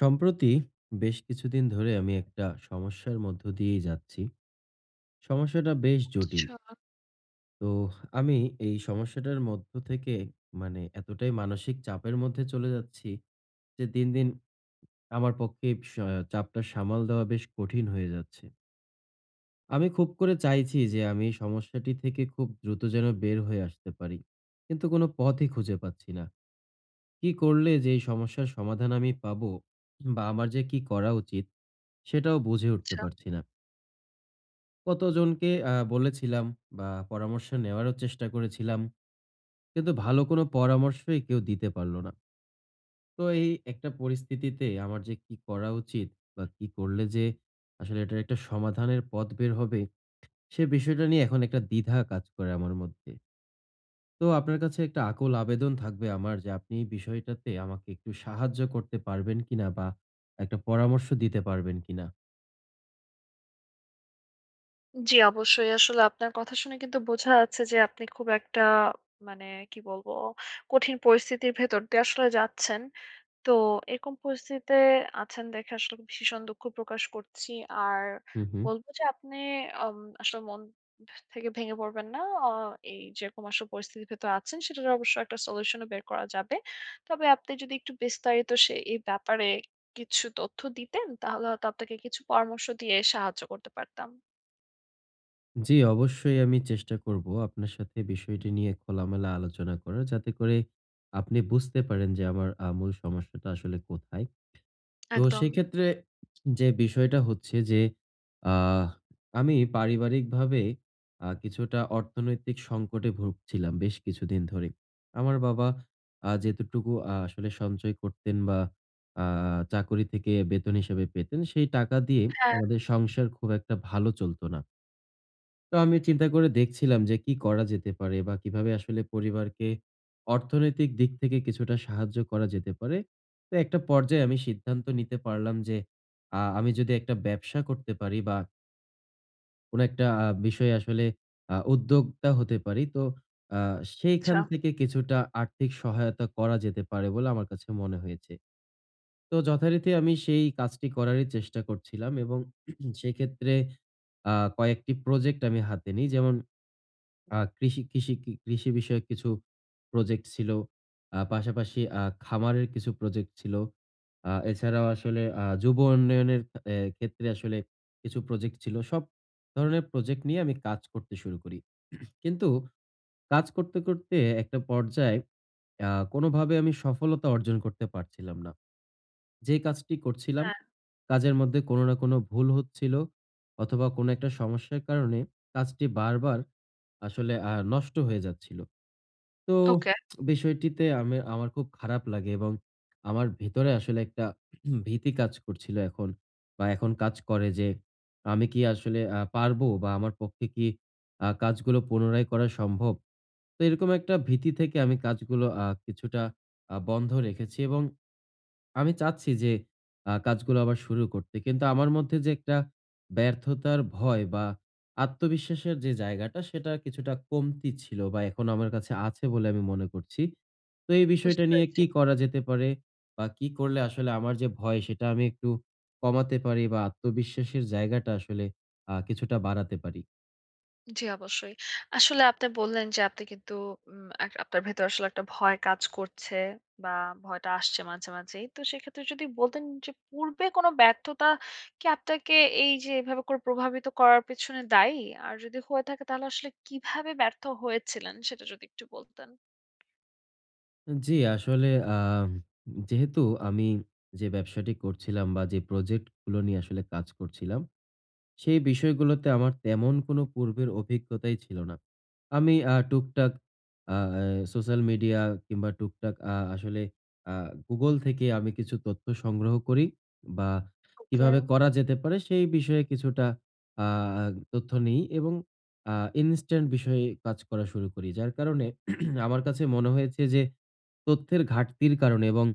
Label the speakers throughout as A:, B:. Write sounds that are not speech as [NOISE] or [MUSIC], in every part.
A: সম্প্রতি বেশ কিছুদিন ধরে আমি একটা সমস্যার মধ্য দিয়েই যাচ্ছি। সমস্যাটা বেশ জটিল।
B: আচ্ছা,
A: তো আমি এই সমস্যাটার মধ্য থেকে, মানে, এতটাই মানসিক চাপের মধ্যে চলে যাচ্ছি যে দিন, দিন আমার পক্ষে স চাপটা সামাল দেওয়া বেশ কঠিন হয়ে যাচ্ছে। আমি খুব করে চাইছি যে আমি এই সমস্যাটি থেকে খুব দ্রুত যেন বের হয়ে আসতে পারি, কিন্তু কোনো পথই খুঁজে পাচ্ছি না। কি করলে যে এই সমস্যার সমাধান আমি পাবো বা আমার যে কি করা উচিত, সেটাও বুঝে উঠতে
B: আচ্ছা।
A: পারছি না। কতজনকে বলেছিলাম বা পরামর্শ নেওয়ারও চেষ্টা করেছিলাম, কিন্তু ভালো কোনো পরামর্শই কেউ দিতে পারল না। তো এই একটা পরিস্থিতিতে আমার যে কি করা উচিত বা কি করলে যে আসলে এটার একটা সমাধানের পথ বের হবে, সে বিষয়টা নিয়ে এখন একটা দ্বিধা কাজ করে আমার মধ্যে। তো আপনার কাছে একটা আকুল আবেদন থাকবে আমার যে, আপনি এই বিষয়টাতে আমাকে একটু সাহায্য করতে পারবেন কিনা বা একটা পরামর্শ দিতে পারবেন কিনা?
B: জি, অবশ্যই। আসলে আপনার কথা শুনে কিন্তু বোঝা যাচ্ছে যে আপনি খুব একটা মানে কি বলবো, কঠিন পরিস্থিতির ভেতর দিয়ে আসলে যাচ্ছেন। তো এরকম পরিস্থিতিতে আছেন দেখে আসলে ভীষণ দুঃখ প্রকাশ করছি। আর
A: হু, হু।
B: বলব যে আপনি আম আসলে মন থেকে ভেঙে পড়বেন না। এই যেরকম আসলে পরিস্থিতির ভেতর আছেন সেটার অবশ্য একটা সলিউশন ও বের করা যাবে। তবে আপনি যদি একটু বিস্তারিত এই ব্যাপারে কিছু তথ্য দিতেন তাহলে হয়তো আপনাকে কিছু পরামর্শ দিয়ে সাহায্য করতে পারতাম।
A: জি, অবশ্যই আমি চেষ্টা করব আপনার সাথে বিষয়টি নিয়ে খোলামেলা আলোচনা করার, যাতে করে আপনি বুঝতে পারেন যে আমার মূল সমস্যাটা আসলে কোথায়। তো
B: একদম।
A: সেক্ষেত্রে যে বিষয়টা হচ্ছে যে, আহ আমি পারিবারিকভাবে কিছুটা অর্থনৈতিক সংকটে ভুগছিলাম বেশ কিছুদিন ধরে। আমার বাবা যেতটুকু আসলে সঞ্চয় করতেন বা আ চাকরি থেকে বেতন হিসেবে পেতেন, সেই টাকা দিয়ে
B: হ্যাঁ।
A: আমাদের সংসার খুব একটা ভালো চলত না। তো আমি চিন্তা করে দেখছিলাম যে কি করা যেতে পারে বা কিভাবে আসলে পরিবারকে অর্থনৈতিক দিক থেকে কিছুটা সাহায্য করা যেতে পারে। তো একটা পর্যায়ে আমি সিদ্ধান্ত নিতে পারলাম যে আমি যদি একটা ব্যবসা করতে পারি বা কোনো একটা বিষয়ে আসলে উদ্যোক্তা হতে পারি, তো আ
B: আচ্ছা।
A: সেইখান থেকে কিছুটা আর্থিক সহায়তা করা যেতে পারে বলে আমার কাছে মনে হয়েছে। তো যথারীতি আমি সেই কাজটি করারই চেষ্টা করছিলাম এবং [CLEARS THROAT] সেক্ষেত্রে আ কয়েকটি প্রজেক্ট আমি হাতে নিই। যেমন, আ কৃষি কৃষি কি কৃষি বিষয়ক কিছু প্রজেক্ট ছিল। পাশাপাশি খামারের কিছু প্রজেক্ট ছিল। এছাড়াও আসলে যুব উন্নয়নের এ ক্ষেত্রে আসলে কিছু প্রজেক্ট ছিল। সব ধরনের প্রজেক্ট নিয়ে আমি কাজ করতে শুরু করি। কিন্তু কাজ করতে, করতে একটা পর্যায়ে কোনভাবে আমি সফলতা অর্জন করতে পারছিলাম না। যে কাজটি করছিলাম,
B: হ্যাঁ।
A: কাজের মধ্যে কোনো না কোনো ভুল হচ্ছিল অথবা কোনো একটা সমস্যার কারণে কাজটি বারবার আসলে নষ্ট হয়ে যাচ্ছিল। তো
B: ওকে
A: বিষয়টিতে আমি আমার খুব খারাপ লাগে এবং আমার ভেতরে আসলে একটা [CLEARS THROAT] ভীতি কাজ করছিল এখন, বা এখন কাজ করে যে, আমি কি আসলে পারবো বা আমার পক্ষে কি কাজগুলো পুনরায় করা সম্ভব? তো এরকম একটা ভীতি থেকে আমি কাজগুলো কিছুটা বন্ধ রেখেছি এবং আমি চাচ্ছি যে কাজগুলো আবার শুরু করতে। কিন্তু আমার মধ্যে যে একটা ব্যর্থতার ভয় বা আত্মবিশ্বাসের যে জায়গাটা, সেটা কিছুটা কমতি ছিল বা এখন আমার কাছে আছে বলে আমি মনে করছি। তো এই
B: বুঝতে
A: বিষয়টা নিয়ে
B: পেরেছি।
A: কি করা যেতে পারে? বা কি করলে আসলে আমার যে ভয়, সেটা আমি একটু কমাতে পারি বা আত্মবিশ্বাসের জায়গাটা আসলে কিছুটা বাড়াতে পারি?
B: জি, অবশ্যই। আসলে আপনি বললেন যে আপনি কিন্তু উম এক আপনার ভেতরে আসলে একটা ভয় কাজ করছে বা ভয়টা আসছে মাঝে, মাঝেই। তো সেক্ষেত্রে যদি বলতেন যে পূর্বে কোনো ব্যর্থতা কি আপনাকে এই যে এভাবে করে প্রভাবিত করার পেছনে দায়ী? আর যদি হয়ে থাকে তাহলে আসলে কিভাবে ব্যর্থ হয়েছিলেন সেটা যদি একটু বলতেন?
A: জি, আসলে আম যেহেতু আমি যে ব্যবসাটি করছিলাম বা যে প্রজেক্ট গুলো নিয়ে আসলে কাজ করছিলাম, সেই বিষয়গুলোতে আমার তেমন কোনো পূর্বের অভিজ্ঞতাই ছিল না। আমি টুকটাক আ সোশ্যাল মিডিয়া কিংবা টুকটাক আসলে আ Google থেকে আমি কিছু তথ্য সংগ্রহ করি বা
B: ওকে।
A: কিভাবে করা যেতে পারে সেই বিষয়ে কিছুটা আ তথ্য নিই এবং আ ইনস্ট্যান্ট বিষয়ে কাজ করা শুরু করি। যার কারণে [CLEARS THROAT] আমার কাছে মনে হয়েছে যে, তথ্যের ঘাটতির কারণে এবং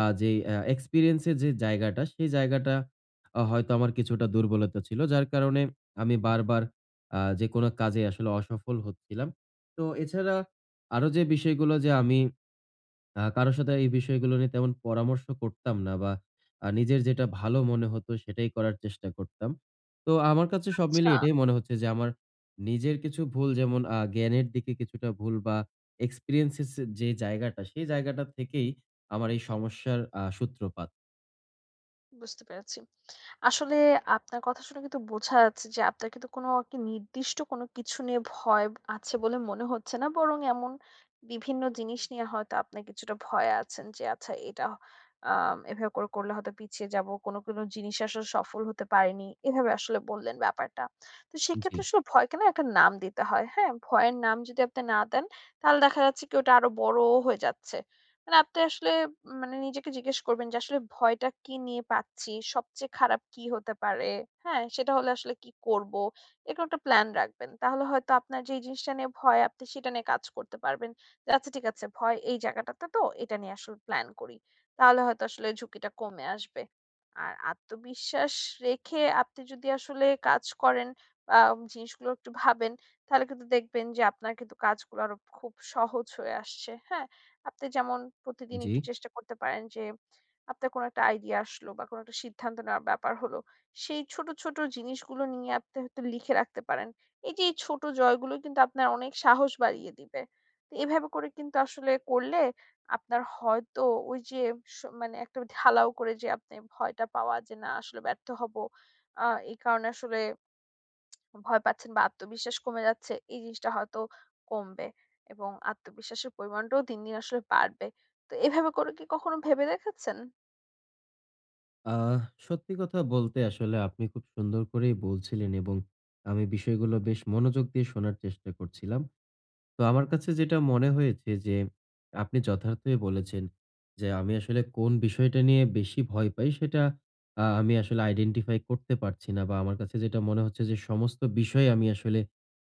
A: যে এক্সপেরিয়েন্স এর যে জায়গাটা, সেই জায়গাটা হয়তো আমার কিছুটা দুর্বলতা ছিল। যার কারণে আমি বারবার যেকোনো কাজে আসলে অসফল হচ্ছিলাম। তো এছাড়া আরো যে বিষয়গুলো, যে আমি কারো সাথে এই বিষয়গুলো নিয়ে তেমন পরামর্শ করতাম না বা নিজের যেটা ভালো মনে হতো সেটাই করার চেষ্টা করতাম। তো আমার কাছে সব
B: আচ্ছা,
A: মিলিয়ে এটাই মনে হচ্ছে যে, আমার নিজের কিছু ভুল, যেমন জ্ঞানের দিকে কিছুটা ভুল বা এক্সপেরিয়েন্সেস যে জায়গাটা, সেই জায়গাটা থেকেই আমার এই সমস্যার সূত্রপাত।
B: বুঝতে পেরেছি। আসলে আপনার কথা শুনে কিন্তু বোঝা যাচ্ছে যে আপনার কিন্তু কোনো আরকি নির্দিষ্ট কোনো কিছু নিয়ে ভয় আছে বলে মনে হচ্ছে না। বরং এমন বিভিন্ন জিনিস নিয়ে হয়তো আপনার কিছুটা ভয়ে আছেন যে আচ্ছা এটা এভাবে করে করলে হয়তো পিছিয়ে যাবো। কোনো, কোনো জিনিসে আসলে সফল হতে পারিনি। এভাবে আসলে বললেন ব্যাপারটা। তো সেক্ষেত্রে
A: জি,
B: আসলে ভয়কে না একটা নাম দিতে হয়। হ্যাঁ? ভয়ের নাম যদি আপনি না দেন তাহলে দেখা যাচ্ছে কি ওটা আরো বড় হয়ে যাচ্ছে। মানে আপনি আসলে মানে নিজেকে জিজ্ঞেস করবেন যে আসলে ভয়টা কি নিয়ে পাচ্ছি? সবচেয়ে খারাপ কি হতে পারে? হ্যাঁ? সেটা হলে আসলে কি করব? এরকম একটা প্ল্যান রাখবেন। তাহলে হয়তো আপনার যেই জিনিসটা নিয়ে ভয় আপনি সেটা নিয়ে কাজ করতে পারবেন। যে আচ্ছা ঠিক আছে ভয় এই জায়গাটাতে তো এটা নিয়ে আসলে প্ল্যান করি। তাহলে হয়তো আসলে ঝুঁকিটা কমে আসবে। আর আত্মবিশ্বাস রেখে আপনি যদি আসলে কাজ করেন বা জিনিসগুলো একটু ভাবেন তাহলে কিন্তু দেখবেন যে আপনার কিন্তু কাজগুলো আরো খুব সহজ হয়ে আসছে। হ্যাঁ? আপনি যেমন প্রতিদিন
A: জি।
B: একটু চেষ্টা করতে পারেন যে আপনার কোনো একটা আইডিয়া আসলো বা কোনো একটা সিদ্ধান্ত নেওয়ার ব্যাপার হলো সেই ছোট ছোট জিনিসগুলো নিয়ে আপনি হয়তো লিখে রাখতে পারেন এই যে এই ছোট জয়গুলো কিন্তু আপনার অনেক সাহস বাড়িয়ে দিবে তো এভাবে করে কিন্তু আসলে করলে আপনার হয়তো ওই যে মানে একটা ঢালাও করে যে আপনি ভয়টা পাওয়া যে না আসলে ব্যর্থ হব এই কারণে আসলে ভয় পাচ্ছেন বা আত্মবিশ্বাস কমে যাচ্ছে, এই জিনিসটা হয়তো কমবে এবং আত্মবিশ্বাসের পরিমাণটাও দিন, দিন আসলে বাড়বে। তো এভাবে করে কি কখনো ভেবে দেখেছেন?
A: আহ সত্যি কথা বলতে আসলে, আপনি খুব সুন্দর করেই বলছিলেন এবং আমি বিষয়গুলো বেশ মনোযোগ দিয়ে শোনার চেষ্টা করছিলাম। তো আমার কাছে যেটা মনে হয়েছে যে, আপনি যথার্থই বলেছেন যে আমি আসলে কোন বিষয়টা নিয়ে বেশি ভয় পাই, সেটা আমি আসলে আইডেন্টিফাই করতে পারছি না, বা আমার কাছে যেটা মনে হচ্ছে যে, সমস্ত বিষয় আমি আসলে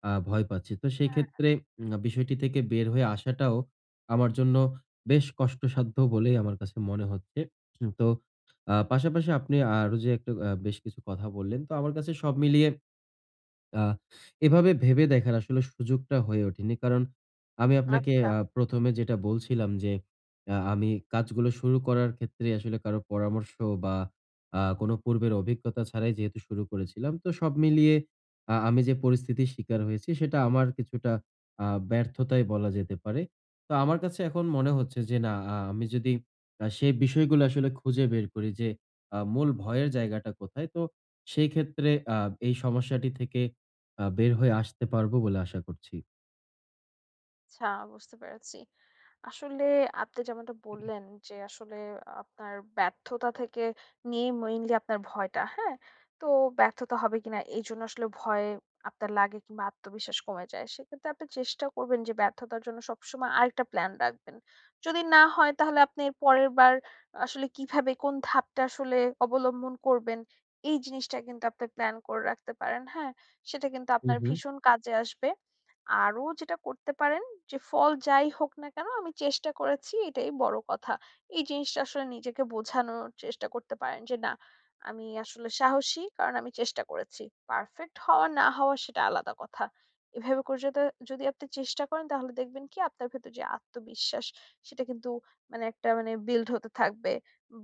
A: ভয় পাচ্ছি। তো সেই ক্ষেত্রে বিষয়টি থেকে বের হয়ে আসাটাও আমার জন্য বেশ কষ্টসাধ্য বলেই আমার কাছে মনে হচ্ছে। তো পাশাপাশি আপনি আরো যে একটা বেশ কিছু কথা বললেন। তো আমার কাছে সব মিলিয়ে আ এভাবে ভেবে দেখার আসলে সুযোগটা হয়ে ওঠেনি। কারণ আমি আপনাকে
B: আচ্ছা।
A: ১ম এ যেটা বলছিলাম যে, আমি কাজগুলো শুরু করার ক্ষেত্রে আসলে কারো পরামর্শ বা কোনো পূর্বের অভিজ্ঞতা ছাড়াই যেহেতু শুরু করেছিলাম। তো সব মিলিয়ে আমি যে পরিস্থিতির শিকার হয়েছি, সেটা আমার কিছুটা ব্যর্থতাই বলা যেতে পারে। তো আমার কাছে এখন মনে হচ্ছে যে না, আমি যদি সেই বিষয়গুলো আসলে খুঁজে বের করি যে মূল ভয়ের জায়গাটা কোথায়, তো সেই ক্ষেত্রে এই সমস্যাটি থেকে বের হয়ে আসতে পারবো বলে আশা করছি।
B: আচ্ছা বুঝতে পেরেছি। আসলে আপনি যেমনটা বললেন যে আসলে আপনার ব্যর্থতা থেকে নিয়ে মেইনলি আপনার ভয়টা, হ্যাঁ? তো ব্যর্থতা হবে কিনা এইজন্য আসলে ভয় আপনার লাগে কিংবা আত্মবিশ্বাস কমে যায়। সেক্ষেত্রে আপনি চেষ্টা করবেন যে ব্যর্থতার জন্য সবসময় আরেকটা প্ল্যান রাখবেন। যদি না হয় তাহলে আপনি এর পরের বার আসলে কিভাবে কোন ধাপটা আসলে অবলম্বন করবেন এই জিনিসটা কিন্তু আপনি প্ল্যান করে রাখতে পারেন, হ্যাঁ? সেটা কিন্তু
A: হু,
B: আপনার
A: হু।
B: ভীষণ কাজে আসবে। আরো যেটা করতে পারেন যে ফল যাই হোক না কেন আমি চেষ্টা করেছি এটাই বড় কথা। এই জিনিসটা আসলে নিজেকে বোঝানোর চেষ্টা করতে পারেন যে না আমি আসলে সাহসী কারণ আমি চেষ্টা করেছি। পারফেক্ট হওয়া না হওয়া সেটা আলাদা কথা। এভাবে করে যাতে যদি আপনি চেষ্টা করেন তাহলে দেখবেন কি আপনার ভেতর যে আত্মবিশ্বাস সেটা কিন্তু মানে বিল্ড হতে থাকবে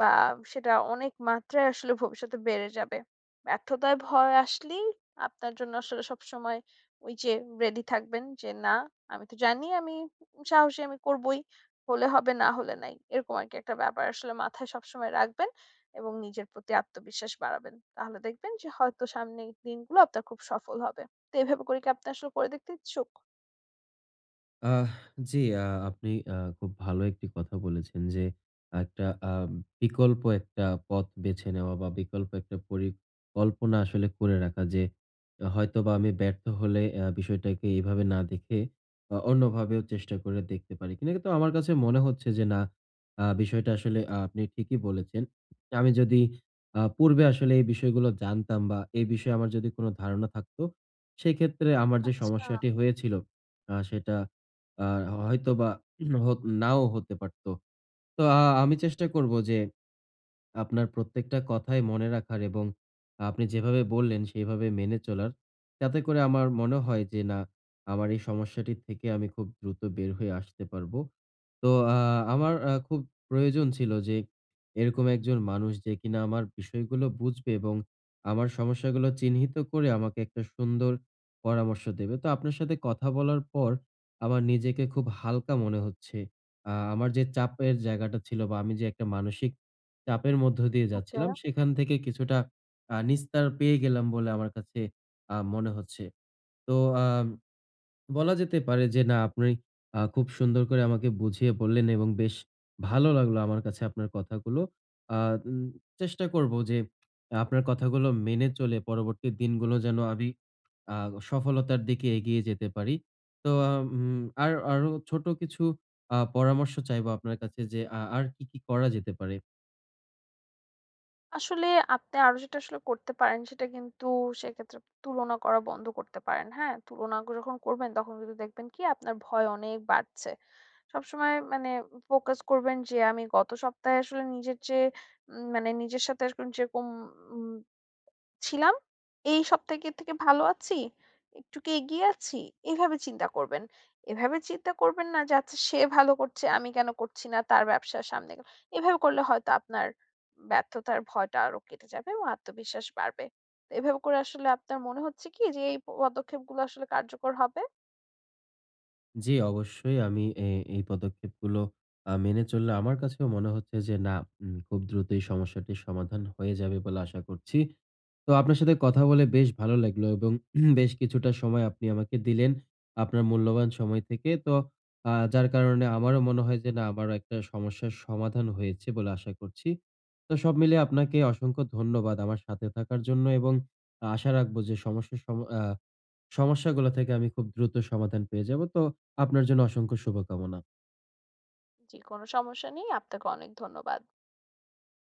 B: বা সেটা অনেক মাত্রায় আসলে ভবিষ্যতে বেড়ে যাবে। ব্যর্থতায় ভয় আসলেই আপনার জন্য আসলে সবসময় ওই যে রেডি থাকবেন যে না আমি তো জানি আমি সাহসী আমি করবই। হলে হবে না হলে নাই। এরকম আরকি একটা ব্যাপার আসলে মাথায় সবসময় রাখবেন এবং নিজের প্রতি আত্মবিশ্বাস বাড়াবেন। তাহলে দেখবেন যে হয়তো সামনের দিনগুলো আপনার খুব সফল হবে। তো এভাবে করে কি আপনি আসলে করে দেখতে ইচ্ছুক?
A: আহ জি, আপনি খুব ভালো একটি কথা বলেছেন যে, একটা আহ, বিকল্প একটা পথ বেছে নেওয়া বা বিকল্প একটা পরিকল্পনা আসলে করে রাখা, যে হয়তো বা আমি ব্যর্থ হলে বিষয়টাকে এইভাবে না দেখে অন্যভাবেও চেষ্টা করে দেখতে পারি কিনা। কিন্তু আমার কাছে মনে হচ্ছে যে না, বিষয়টা আসলে আপনি ঠিকই বলেছেন। আমি যদি পূর্বে আসলে এই বিষয়গুলো জানতাম বা এই বিষয়ে আমার যদি কোনো ধারণা থাকতো, সেক্ষেত্রে আমার যে
B: আচ্ছা,
A: সমস্যাটি হয়েছিল, সেটা আ হয়তোবা হত, নাও হতে পারত। তো আমি চেষ্টা করব যে আপনার প্রত্যেকটা কথাই মনে রাখার এবং আপনি যেভাবে বললেন সেইভাবে মেনে চলার। তাতে করে আমার মনে হয় যে না, আমার এই সমস্যাটি থেকে আমি খুব দ্রুত বের হয়ে আসতে পারবো। তো আমার খুব প্রয়োজন ছিল যে এরকম একজন মানুষ, যে কিনা আমার বিষয়গুলো বুঝবে এবং আমার সমস্যাগুলো চিহ্নিত করে আমাকে একটা সুন্দর পরামর্শ দেবে। তো আপনার সাথে কথা বলার পর আমার নিজেকে খুব হালকা মনে হচ্ছে। আমার যে চাপের জায়গাটা ছিল বা আমি যে একটা মানসিক চাপের মধ্য দিয়ে
B: ওকে।
A: যাচ্ছিলাম, সেখান থেকে কিছুটা নিস্তার পেয়ে গেলাম বলে আমার কাছে মনে হচ্ছে। তো আম বলা যেতে পারে যে না, আপনি খুব সুন্দর করে আমাকে বুঝিয়ে বললেন এবং বেশ ভালো লাগলো আমার কাছে আপনার কথাগুলো। আ উম চেষ্টা করব যে আপনার কথাগুলো মেনে চলে পরবর্তী দিনগুলো যেন আমি আ সফলতার দিকে এগিয়ে যেতে পারি। তো আ উম আর আরো ছোট কিছু পরামর্শ চাইবো আপনার কাছে যে, আর কি, কি করা যেতে পারে?
B: আসলে আপনি আরো যেটা আসলে করতে পারেন সেটা কিন্তু সেক্ষেত্রে তুলনা করা বন্ধ করতে পারেন। হ্যাঁ? তুলনা যখন করবেন তখন কিন্তু দেখবেন কি আপনার ভয় অনেক বাড়ছে। সবসময় মানে ফোকাস করবেন যে আমি গত সপ্তাহে আসলে নিজের যে মানে নিজের সাথে এরকম যেরকম উম ছিলাম। এই সপ্তাহের থেকে ভালো আছি, একটু কি এগিয়ে আছি? এভাবে চিন্তা করবেন। এভাবে চিন্তা করবেন না যে আচ্ছা সে ভালো করছে, আমি কেন করছি না? তার ব্যবসা সামনে গেল। এভাবে করলে হয়তো আপনার ব্যর্থতার ভয়টা আরো কেটে যাবে এবং আত্মবিশ্বাস বাড়বে। তো এভাবে করে আসলে আপনার মনে হচ্ছে কি যে এই পদক্ষেপগুলো আসলে কার্যকর হবে?
A: জি, অবশ্যই আমি এই পদক্ষেপগুলো মেনে চললে আমার কাছেও মনে হচ্ছে যে না, খুব দ্রুত এই সমস্যাটির সমাধান হয়ে যাবে বলে আশা করছি। তো আপনার সাথে কথা বলে বেশ ভালো লাগলো এবং [CLEARS THROAT] বেশ কিছুটা সময় আপনি আমাকে দিলেন, আপনার মূল্যবান সময় থেকে। তো যার কারণে আমারও মনে হয় যে না, আমারও একটা সমস্যার সমাধান হয়েছে বলে আশা করছি। তো সব মিলিয়ে আপনাকে অসংখ্য ধন্যবাদ আমার সাথে থাকার জন্য এবং আশা রাখবো যে সমস্যার সম আ সমস্যাগুলো থেকে আমি খুব দ্রুত সমাধান পেয়ে যাব। তো আপনার জন্য অসংখ্য শুভকামনা।
B: জি, কোনো সমস্যা নেই। আপনাকে অনেক ধন্যবাদ।